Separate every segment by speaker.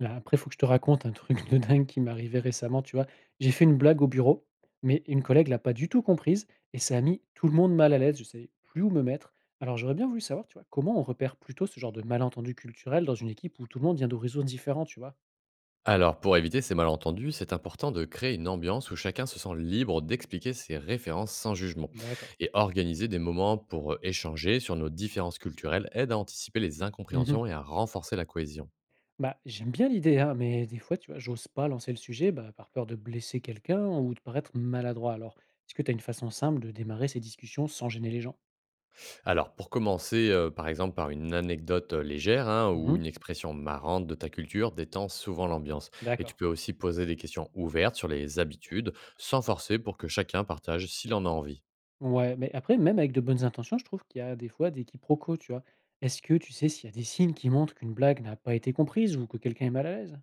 Speaker 1: Là, après, il faut que je te raconte un truc de dingue qui m'est arrivé récemment, tu vois? J'ai fait une blague au bureau, mais une collègue l'a pas du tout comprise et ça a mis tout le monde mal à l'aise. Je savais plus où me mettre. Alors, j'aurais bien voulu savoir, tu vois, comment on repère plutôt ce genre de malentendu culturel dans une équipe où tout le monde vient d'horizons différents, tu vois?
Speaker 2: Alors, pour éviter ces malentendus, c'est important de créer une ambiance où chacun se sent libre d'expliquer ses références sans jugement.
Speaker 1: D'accord.
Speaker 2: Et organiser des moments pour échanger sur nos différences culturelles aide à anticiper les
Speaker 1: Mmh.
Speaker 2: incompréhensions et à renforcer la cohésion.
Speaker 1: Bah, j'aime bien l'idée, hein, mais des fois, tu vois, j'ose pas lancer le sujet, bah, par peur de blesser quelqu'un ou de paraître maladroit. Alors, est-ce que tu as une façon simple de démarrer ces discussions sans gêner les gens?
Speaker 2: Alors, pour commencer, par exemple, par une anecdote légère, hein, ou
Speaker 1: Mmh.
Speaker 2: une expression marrante de ta culture détend souvent l'ambiance. Et tu
Speaker 1: D'accord.
Speaker 2: peux aussi poser des questions ouvertes sur les habitudes, sans forcer pour que chacun partage s'il en a envie.
Speaker 1: Ouais, mais après, même avec de bonnes intentions, je trouve qu'il y a des fois des quiproquos, tu vois? Est-ce que tu sais s'il y a des signes qui montrent qu'une blague n'a pas été comprise ou que quelqu'un est mal à l'aise?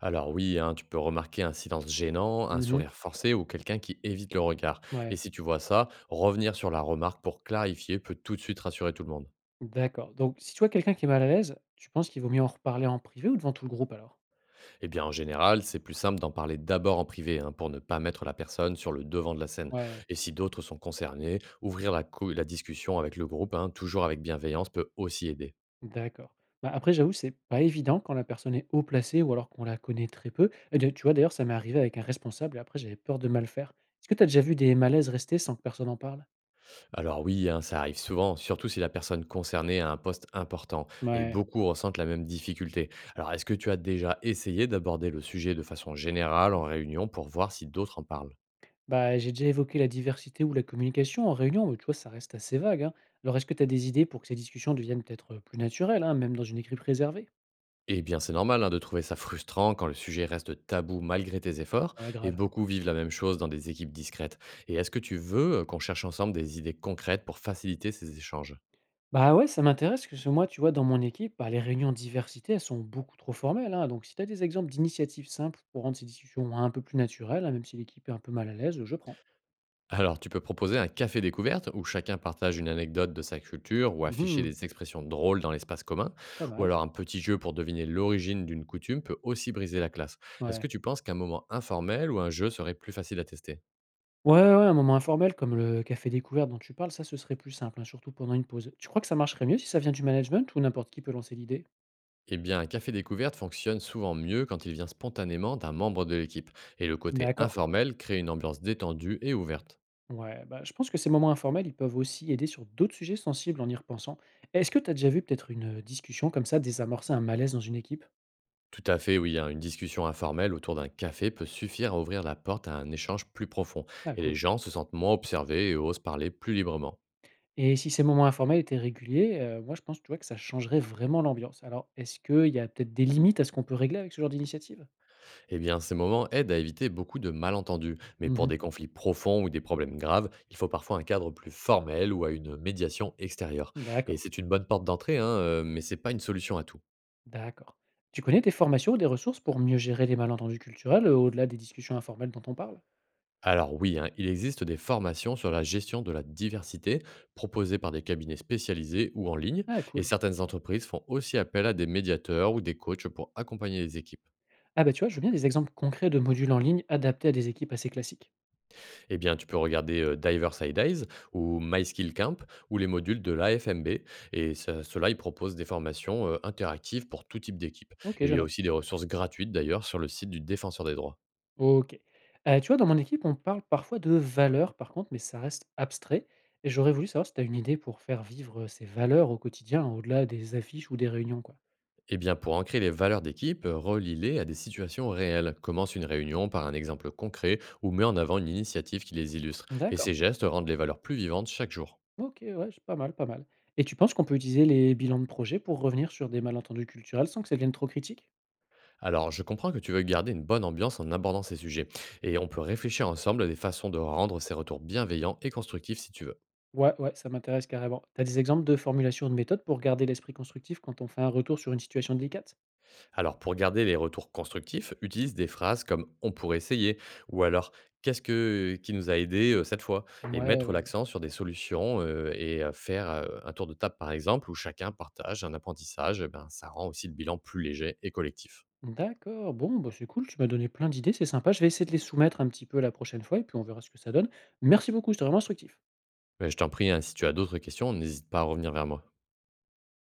Speaker 2: Alors oui, hein, tu peux remarquer un silence gênant, un
Speaker 1: Mmh.
Speaker 2: sourire forcé ou quelqu'un qui évite le regard. Et
Speaker 1: Ouais,
Speaker 2: si tu vois ça, revenir sur la remarque pour clarifier peut tout de suite rassurer tout le monde.
Speaker 1: d'accord. Donc si tu vois quelqu'un qui est mal à l'aise, tu penses qu'il vaut mieux en reparler en privé ou devant tout le groupe alors?
Speaker 2: Eh bien en général, c'est plus simple d'en parler d'abord en privé, hein, pour ne pas mettre la personne sur le devant de la scène.
Speaker 1: Ouais,
Speaker 2: Et si d'autres sont concernés, ouvrir la discussion avec le groupe, hein, toujours avec bienveillance, peut aussi aider.
Speaker 1: d'accord. Bah, après, j'avoue, c'est pas évident quand la personne est haut placée ou alors qu'on la connaît très peu. Et de tu vois, d'ailleurs, ça m'est arrivé avec un responsable et après, j'avais peur de mal faire. Est-ce que tu as déjà vu des malaises rester sans que personne en parle?
Speaker 2: Alors oui, hein, ça arrive souvent, surtout si la personne concernée a un poste important, et
Speaker 1: Ouais.
Speaker 2: beaucoup ressentent la même difficulté. Alors est-ce que tu as déjà essayé d'aborder le sujet de façon générale en réunion pour voir si d'autres en parlent.
Speaker 1: Bah, j'ai déjà évoqué la diversité ou la communication en réunion, mais tu vois, ça reste assez vague, hein. Alors, est-ce que tu as des idées pour que ces discussions deviennent peut-être plus naturelles, hein, même dans une équipe réservée?
Speaker 2: Eh bien c'est normal, hein, de trouver ça frustrant quand le sujet reste tabou malgré tes efforts,
Speaker 1: Ouais,
Speaker 2: et
Speaker 1: grave.
Speaker 2: beaucoup vivent la même chose dans des équipes discrètes. Et est-ce que tu veux qu'on cherche ensemble des idées concrètes pour faciliter ces échanges.
Speaker 1: Bah ouais, ça m'intéresse, parce que ce- moi, tu vois, dans mon équipe, bah, les réunions diversité, elles sont beaucoup trop formelles, hein. Donc, si tu as des exemples d'initiatives simples pour rendre ces discussions un peu plus naturelles, hein, même si l'équipe est un peu mal à l'aise, je prends.
Speaker 2: Alors, tu peux proposer un café découverte où chacun partage une anecdote de sa culture ou afficher
Speaker 1: Mhm,
Speaker 2: des expressions drôles dans l'espace commun,
Speaker 1: pas
Speaker 2: ou
Speaker 1: mal.
Speaker 2: alors un petit jeu pour deviner l'origine d'une coutume peut aussi briser la classe. Est-ce que
Speaker 1: Ouais.
Speaker 2: tu penses qu'un moment informel ou un jeu serait plus facile à tester.
Speaker 1: Ouais, ouais, un moment informel comme le café découverte dont tu parles, ça, ce serait plus simple, hein, surtout pendant une pause. Tu crois que ça marcherait mieux si ça vient du management ou n'importe qui peut lancer l'idée?
Speaker 2: Eh bien, un café découverte fonctionne souvent mieux quand il vient spontanément d'un membre de l'équipe, et le côté
Speaker 1: D'accord.
Speaker 2: informel crée une ambiance détendue et ouverte.
Speaker 1: Ouais, bah, je pense que ces moments informels, ils peuvent aussi aider sur d'autres sujets sensibles en y repensant. Est-ce que tu as déjà vu peut-être une discussion comme ça désamorcer un malaise dans une équipe?
Speaker 2: Tout à fait, oui, hein. Une discussion informelle autour d'un café peut suffire à ouvrir la porte à un échange plus profond,
Speaker 1: Ah,
Speaker 2: et les
Speaker 1: cool.
Speaker 2: gens se sentent moins observés et osent parler plus librement.
Speaker 1: Et si ces moments informels étaient réguliers, moi je pense, tu vois, que ça changerait vraiment l'ambiance. Alors, est-ce qu'il y a peut-être des limites à ce qu'on peut régler avec ce genre d'initiative?
Speaker 2: Eh bien, ces moments aident à éviter beaucoup de malentendus, mais pour
Speaker 1: Mhm.
Speaker 2: des conflits profonds ou des problèmes graves, il faut parfois un cadre plus formel ou à une médiation extérieure. Et
Speaker 1: D'accord,
Speaker 2: c'est une bonne porte d'entrée, hein, mais c'est pas une solution à tout.
Speaker 1: d'accord. Tu connais des formations ou des ressources pour mieux gérer les malentendus culturels au-delà des discussions informelles dont on parle?
Speaker 2: Alors oui, hein, il existe des formations sur la gestion de la diversité proposées par des cabinets spécialisés ou en ligne,
Speaker 1: Ah,
Speaker 2: et
Speaker 1: cool.
Speaker 2: certaines entreprises font aussi appel à des médiateurs ou des coachs pour accompagner les équipes.
Speaker 1: Ah bah tu vois, je veux bien des exemples concrets de modules en ligne adaptés à des équipes assez classiques.
Speaker 2: Eh bien, tu peux regarder Diverside Eyes ou MySkillCamp ou les modules de l'AFMB, et cela, ils proposent des formations interactives pour tout type d'équipe.
Speaker 1: Ok,
Speaker 2: Et il
Speaker 1: je
Speaker 2: y a aussi
Speaker 1: note.
Speaker 2: des ressources gratuites d'ailleurs sur le site du Défenseur des droits.
Speaker 1: OK. Tu vois, dans mon équipe, on parle parfois de valeurs, par contre, mais ça reste abstrait et j'aurais voulu savoir si tu as une idée pour faire vivre, ces valeurs au quotidien, au-delà des affiches ou des réunions, quoi?
Speaker 2: Eh bien, pour ancrer les valeurs d'équipe, relie-les à des situations réelles. Commence une réunion par un exemple concret ou met en avant une initiative qui les illustre. Et ces
Speaker 1: D'accord.
Speaker 2: gestes rendent les valeurs plus vivantes chaque jour.
Speaker 1: OK, ouais, c'est pas mal, pas mal, et tu penses qu'on peut utiliser les bilans de projet pour revenir sur des malentendus culturels sans que ça devienne trop critique?
Speaker 2: Alors, je comprends que tu veux garder une bonne ambiance en abordant ces sujets. Et on peut réfléchir ensemble à des façons de rendre ces retours bienveillants et constructifs si tu veux.
Speaker 1: Ouais, ouais, ça m'intéresse carrément. T'as des exemples de formulations ou de méthodes pour garder l'esprit constructif quand on fait un retour sur une situation délicate?
Speaker 2: Alors, pour garder les retours constructifs, utilise des phrases comme on pourrait essayer ou alors qu'est-ce qui nous a aidé cette fois et
Speaker 1: Ouais,
Speaker 2: mettre
Speaker 1: ouais.
Speaker 2: l'accent sur des solutions, faire un tour de table par exemple où chacun partage un apprentissage, eh ben, ça rend aussi le bilan plus léger et collectif.
Speaker 1: D'accord, bon, bah, c'est cool, tu m'as donné plein d'idées, c'est sympa. Je vais essayer de les soumettre un petit peu la prochaine fois et puis on verra ce que ça donne. Merci beaucoup, c'était vraiment instructif.
Speaker 2: Mais je t'en prie, hein, si tu as d'autres questions, n'hésite pas à revenir vers moi.